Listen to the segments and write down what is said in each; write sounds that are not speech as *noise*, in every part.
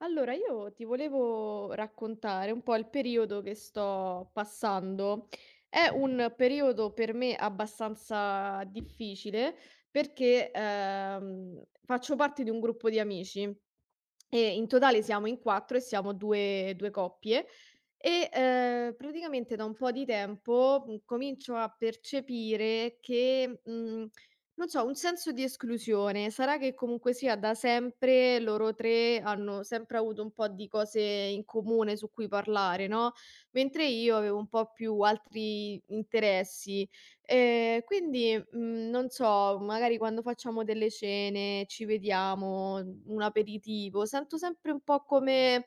Allora, io ti volevo raccontare un po' il periodo che sto passando. È un periodo per me abbastanza difficile perché faccio parte di un gruppo di amici e in totale siamo in 4 e siamo 2 coppie praticamente da un po' di tempo, comincio a percepire che, non so, un senso di esclusione. Sarà che comunque sia da sempre loro 3 hanno sempre avuto un po' di cose in comune su cui parlare, no, mentre io avevo un po' più altri interessi. Quindi, non so, magari quando facciamo delle cene, ci vediamo, un aperitivo, sento sempre un po' come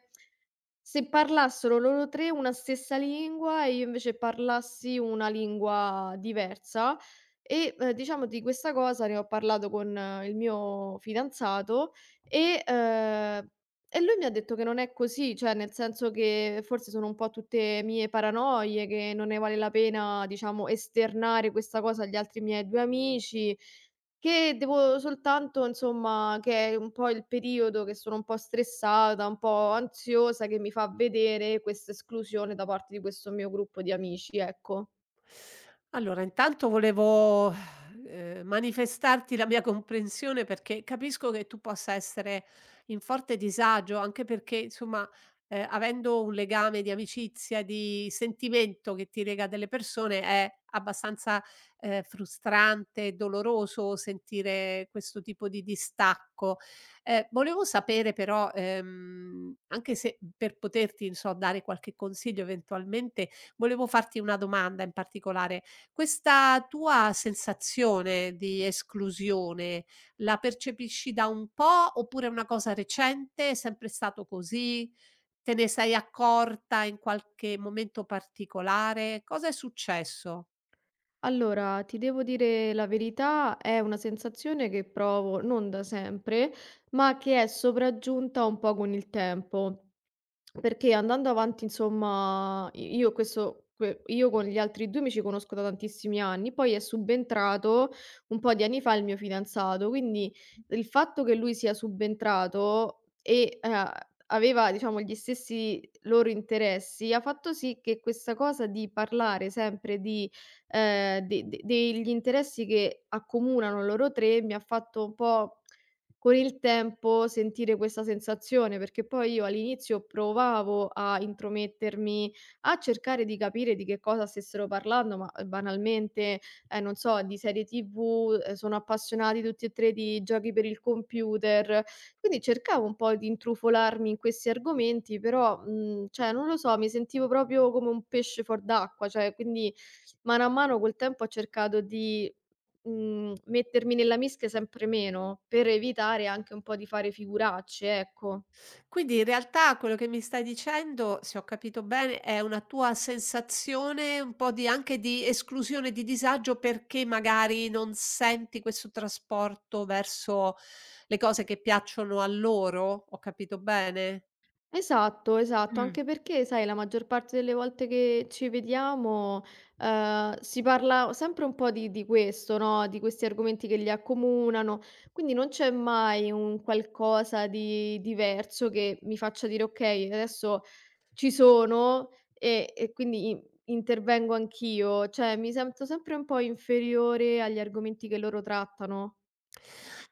se parlassero loro 3 una stessa lingua e io invece parlassi una lingua diversa e, diciamo di questa cosa ne ho parlato con il mio fidanzato e, e lui mi ha detto che non è così, cioè nel senso che forse sono un po' tutte mie paranoie, che non ne vale la pena, diciamo, esternare questa cosa agli altri miei 2 amici, che devo soltanto, insomma, che è un po' il periodo che sono un po' stressata, un po' ansiosa, che mi fa vedere questa esclusione da parte di questo mio gruppo di amici, ecco. Allora, intanto volevo, manifestarti la mia comprensione perché capisco che tu possa essere in forte disagio, anche perché insomma, avendo un legame di amicizia, di sentimento che ti lega a delle persone è abbastanza, frustrante e doloroso sentire questo tipo di distacco. Volevo sapere però, anche se per poterti, non so, dare qualche consiglio eventualmente, volevo farti una domanda in particolare: questa tua sensazione di esclusione la percepisci da un po', oppure è una cosa recente? È sempre stato così? Te ne sei accorta in qualche momento particolare? Cosa è successo? Allora, ti devo dire la verità, è una sensazione che provo non da sempre, ma che è sopraggiunta un po' con il tempo. Perché andando avanti, insomma, Io con gli altri due mi ci conosco da tantissimi anni, poi è subentrato un po' di anni fa il mio fidanzato, quindi il fatto che lui sia subentrato e aveva, diciamo, gli stessi loro interessi ha fatto sì che questa cosa di parlare sempre di de de degli interessi che accomunano loro 3, mi ha fatto un po' con il tempo sentire questa sensazione, perché poi io all'inizio provavo a intromettermi, a cercare di capire di che cosa stessero parlando, ma, banalmente, non so, di serie TV, sono appassionati tutti e 3 di giochi per il computer, quindi cercavo un po' di intrufolarmi in questi argomenti, però, cioè non lo so, mi sentivo proprio come un pesce fuor d'acqua, cioè quindi mano a mano col tempo ho cercato di, mettermi nella mischia sempre meno, per evitare anche un po' di fare figuracce, ecco. Quindi in realtà quello che mi stai dicendo, se ho capito bene, è una tua sensazione un po' di anche di esclusione, di disagio perché magari non senti questo trasporto verso le cose che piacciono a loro? Ho capito bene? Esatto, esatto, Mh. anche perché sai la maggior parte delle volte che ci vediamo, si parla sempre un po' di questo, no, di questi argomenti che li accomunano, quindi non c'è mai un qualcosa di diverso che mi faccia dire: "Okay, adesso ci sono e quindi i intervengo anch'io." Cioè mi sento sempre un po' inferiore agli argomenti che loro trattano.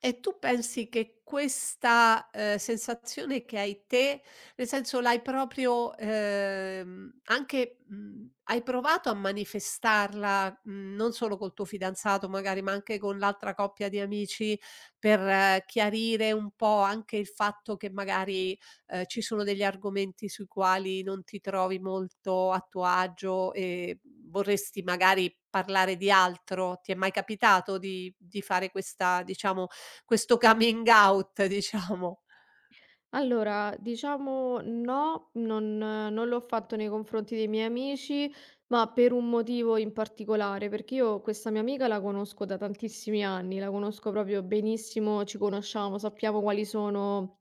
E tu pensi che questa, sensazione che hai te, nel senso l'hai proprio, anche hai provato a manifestarla, non solo col tuo fidanzato magari, ma anche con l'altra coppia di amici, per chiarire un po' anche il fatto che magari ci sono degli argomenti sui quali non ti trovi molto a tuo agio e vorresti magari parlare di altro? Ti è mai capitato di fare questa diciamo, questo coming out *laughs* diciamo? Allora, diciamo no, non l'ho fatto nei confronti dei miei amici, ma per un motivo in particolare, perché io questa mia amica la conosco da tantissimi anni, la conosco proprio benissimo, ci conosciamo, sappiamo quali sono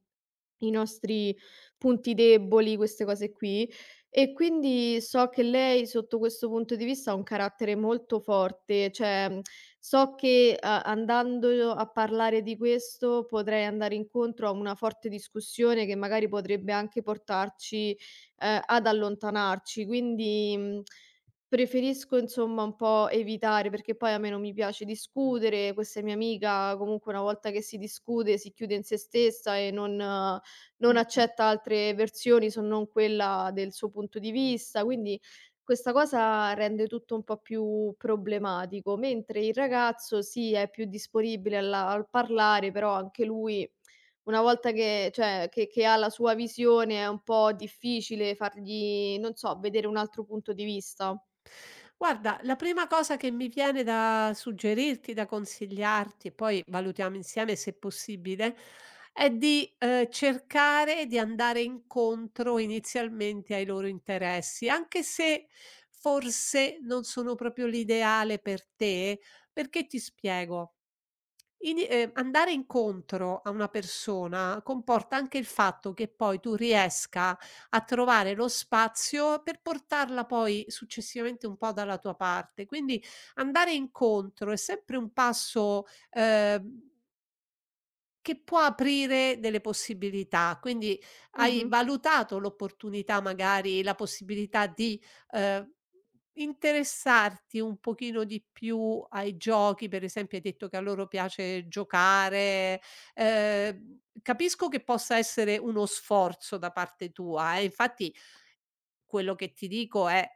i nostri punti deboli, queste cose qui. E quindi so che lei sotto questo punto di vista ha un carattere molto forte, cioè, so che a andando io a parlare di questo potrei andare incontro a una forte discussione che magari potrebbe anche portarci, ad allontanarci. Quindi, preferisco, insomma, un po' evitare, perché poi a me non mi piace discutere, questa è mia amica, comunque una volta che si discute si chiude in sé stessa e non Mh-mh. accetta altre versioni se non quella del suo punto di vista, quindi questa cosa rende tutto un po' più problematico, mentre il ragazzo sì, è più disponibile alla, al parlare, però anche lui una volta che ha la sua visione è un po' difficile fargli, non so, vedere un altro punto di vista. Guarda, la prima cosa che mi viene da suggerirti, da consigliarti, e poi valutiamo insieme se possibile, è di cercare di andare incontro inizialmente ai loro interessi, anche se forse non sono proprio l'ideale per te, perché ti spiego. Ini Andare incontro a una persona comporta anche il fatto che poi tu riesca a trovare lo spazio per portarla poi successivamente un po' dalla tua parte. Quindi andare incontro è sempre un passo, ehm che può aprire delle possibilità. Quindi hai Mh-mh. valutato l'opportunità, magari la possibilità di, ehm, interessarti un pochino di più ai giochi, per esempio hai detto che a loro piace giocare. Capisco che possa essere uno sforzo da parte tua, infatti quello che ti dico è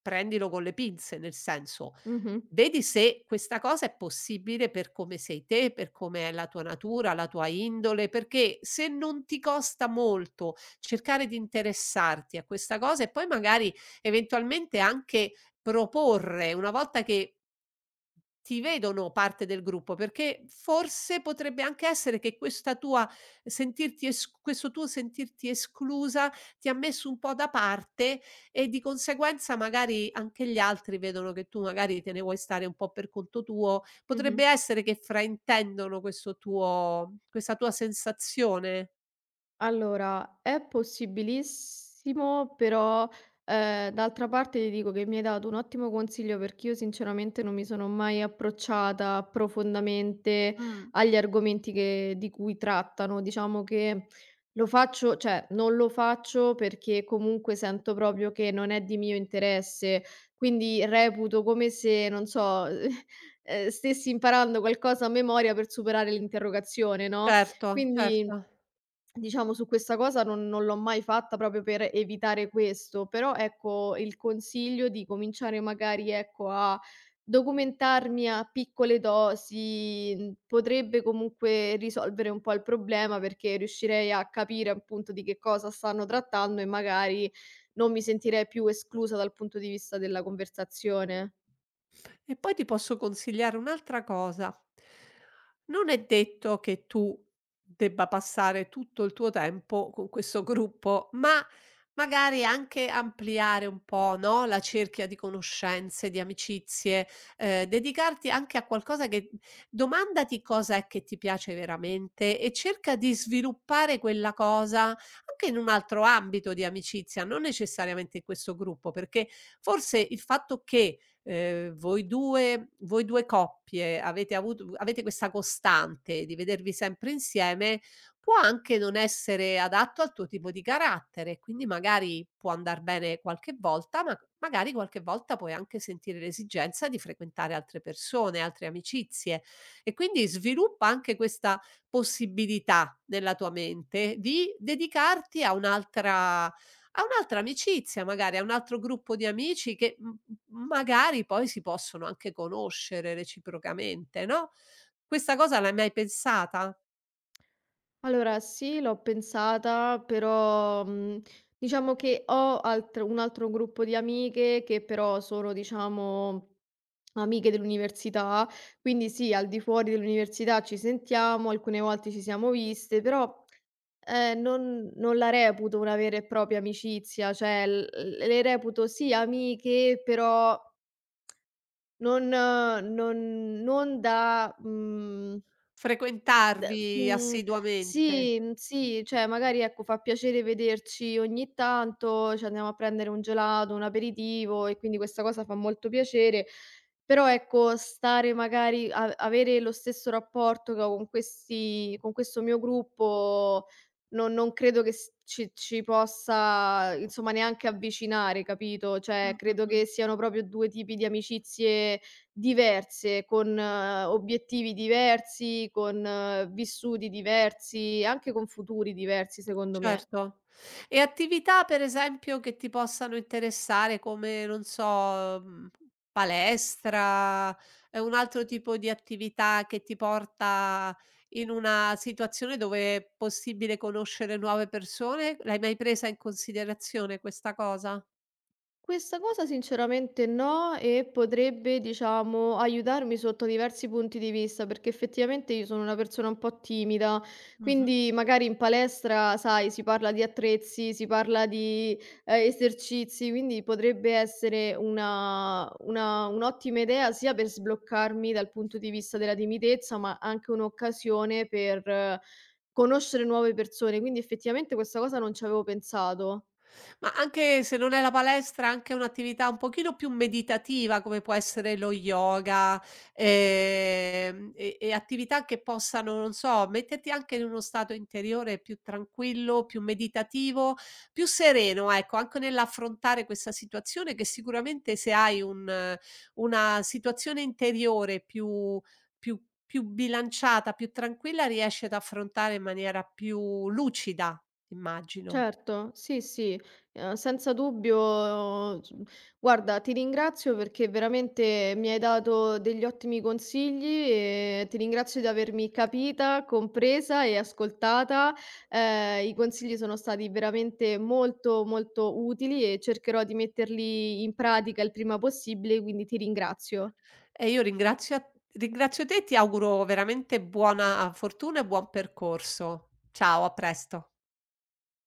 prendilo con le pinze, nel senso, Mh-mh. vedi se questa cosa è possibile per come sei te, per come è la tua natura, la tua indole, perché se non ti costa molto cercare di interessarti a questa cosa e poi magari eventualmente anche proporre, una volta che ti vedono parte del gruppo, perché forse potrebbe anche essere che questa tua sentirti es questo tuo sentirti esclusa ti ha messo un po' da parte e di conseguenza magari anche gli altri vedono che tu magari te ne vuoi stare un po' per conto tuo. Mh-mh. Potrebbe essere che fraintendono questo tuo questa tua sensazione. Allora, è possibilissimo, però, d'altra parte ti dico che mi hai dato un ottimo consiglio, perché io sinceramente non mi sono mai approcciata profondamente Mh. agli argomenti che di cui trattano. Diciamo che lo faccio, cioè, non lo faccio perché comunque sento proprio che non è di mio interesse, quindi reputo come se, non so, *laughs* stessi imparando qualcosa a memoria per superare l'interrogazione, no, Certo, quindi certo. diciamo su questa cosa non l'ho mai fatta proprio per evitare questo, però ecco il consiglio di cominciare magari, ecco, a documentarmi a piccole dosi, potrebbe comunque risolvere un po' il problema perché riuscirei a capire appunto di che cosa stanno trattando e magari non mi sentirei più esclusa dal punto di vista della conversazione. E poi ti posso consigliare un'altra cosa. Non è detto che tu debba passare tutto il tuo tempo con questo gruppo, ma magari anche ampliare un po', no, la cerchia di conoscenze, di amicizie, dedicarti anche a qualcosa che domandati cosa è che ti piace veramente e cerca di sviluppare quella cosa anche in un altro ambito di amicizia, non necessariamente in questo gruppo, perché forse il fatto che voi 2 coppie avete questa costante di vedervi sempre insieme, può anche non essere adatto al tuo tipo di carattere, quindi magari può andar bene qualche volta, ma magari qualche volta puoi anche sentire l'esigenza di frequentare altre persone, altre amicizie e quindi sviluppa anche questa possibilità nella tua mente di dedicarti a un'altra amicizia magari, a un altro gruppo di amici che m m magari poi si possono anche conoscere reciprocamente, no, questa cosa l'hai mai pensata? Allora sì, l'ho pensata, però, diciamo che ho altr un altro gruppo di amiche che però sono, diciamo, amiche dell'università, quindi sì, al di fuori dell'università ci sentiamo, alcune volte ci siamo viste, però, non la reputo una vera e propria amicizia, cioè l le reputo sì amiche, però non da, D Frequentarvi mhmm, assiduamente? sì, sì, cioè magari ecco, fa piacere vederci ogni tanto, ci andiamo a prendere un gelato, un aperitivo e quindi questa cosa fa molto piacere, però ecco, stare magari a avere lo stesso rapporto che ho con questi con questo mio gruppo non credo che s ci possa, insomma, neanche avvicinare, capito? Mh, Cioè mh, credo mh. che siano proprio 2 tipi di amicizie diverse, con obiettivi diversi, con vissuti diversi, anche con futuri diversi secondo me. Certo. E attività per esempio che ti possano interessare come, non so, mhmm, palestra, è un altro tipo di attività che ti porta in una situazione dove è possibile conoscere nuove persone? L'hai mai presa in considerazione questa cosa? Questa cosa sinceramente no, e potrebbe, diciamo, aiutarmi sotto diversi punti di vista, perché effettivamente io sono una persona un po' timida, Mh-mh. quindi magari in palestra, sai, si parla di attrezzi, si parla di esercizi, quindi potrebbe essere un'ottima idea sia per sbloccarmi dal punto di vista della timidezza, ma anche un'occasione per conoscere nuove persone. Quindi effettivamente questa cosa non ci avevo pensato. Ma anche se non è la palestra, anche un'attività un pochino più meditativa come può essere lo yoga, attività che possano, non so, metterti anche in uno stato interiore più tranquillo, più meditativo, più sereno, ecco, anche nell'affrontare questa situazione che sicuramente se hai un una situazione interiore più più bilanciata, più tranquilla, riesci ad affrontare in maniera più lucida, immagino. Certo, sì, sì, senza dubbio, s guarda, ti ringrazio perché veramente mi hai dato degli ottimi consigli e ti ringrazio di avermi capita, compresa e ascoltata. I consigli sono stati veramente molto, molto utili e cercherò di metterli in pratica il prima possibile, quindi ti ringrazio. E io ringrazio te e ti auguro veramente buona fortuna e buon percorso. Ciao, a presto.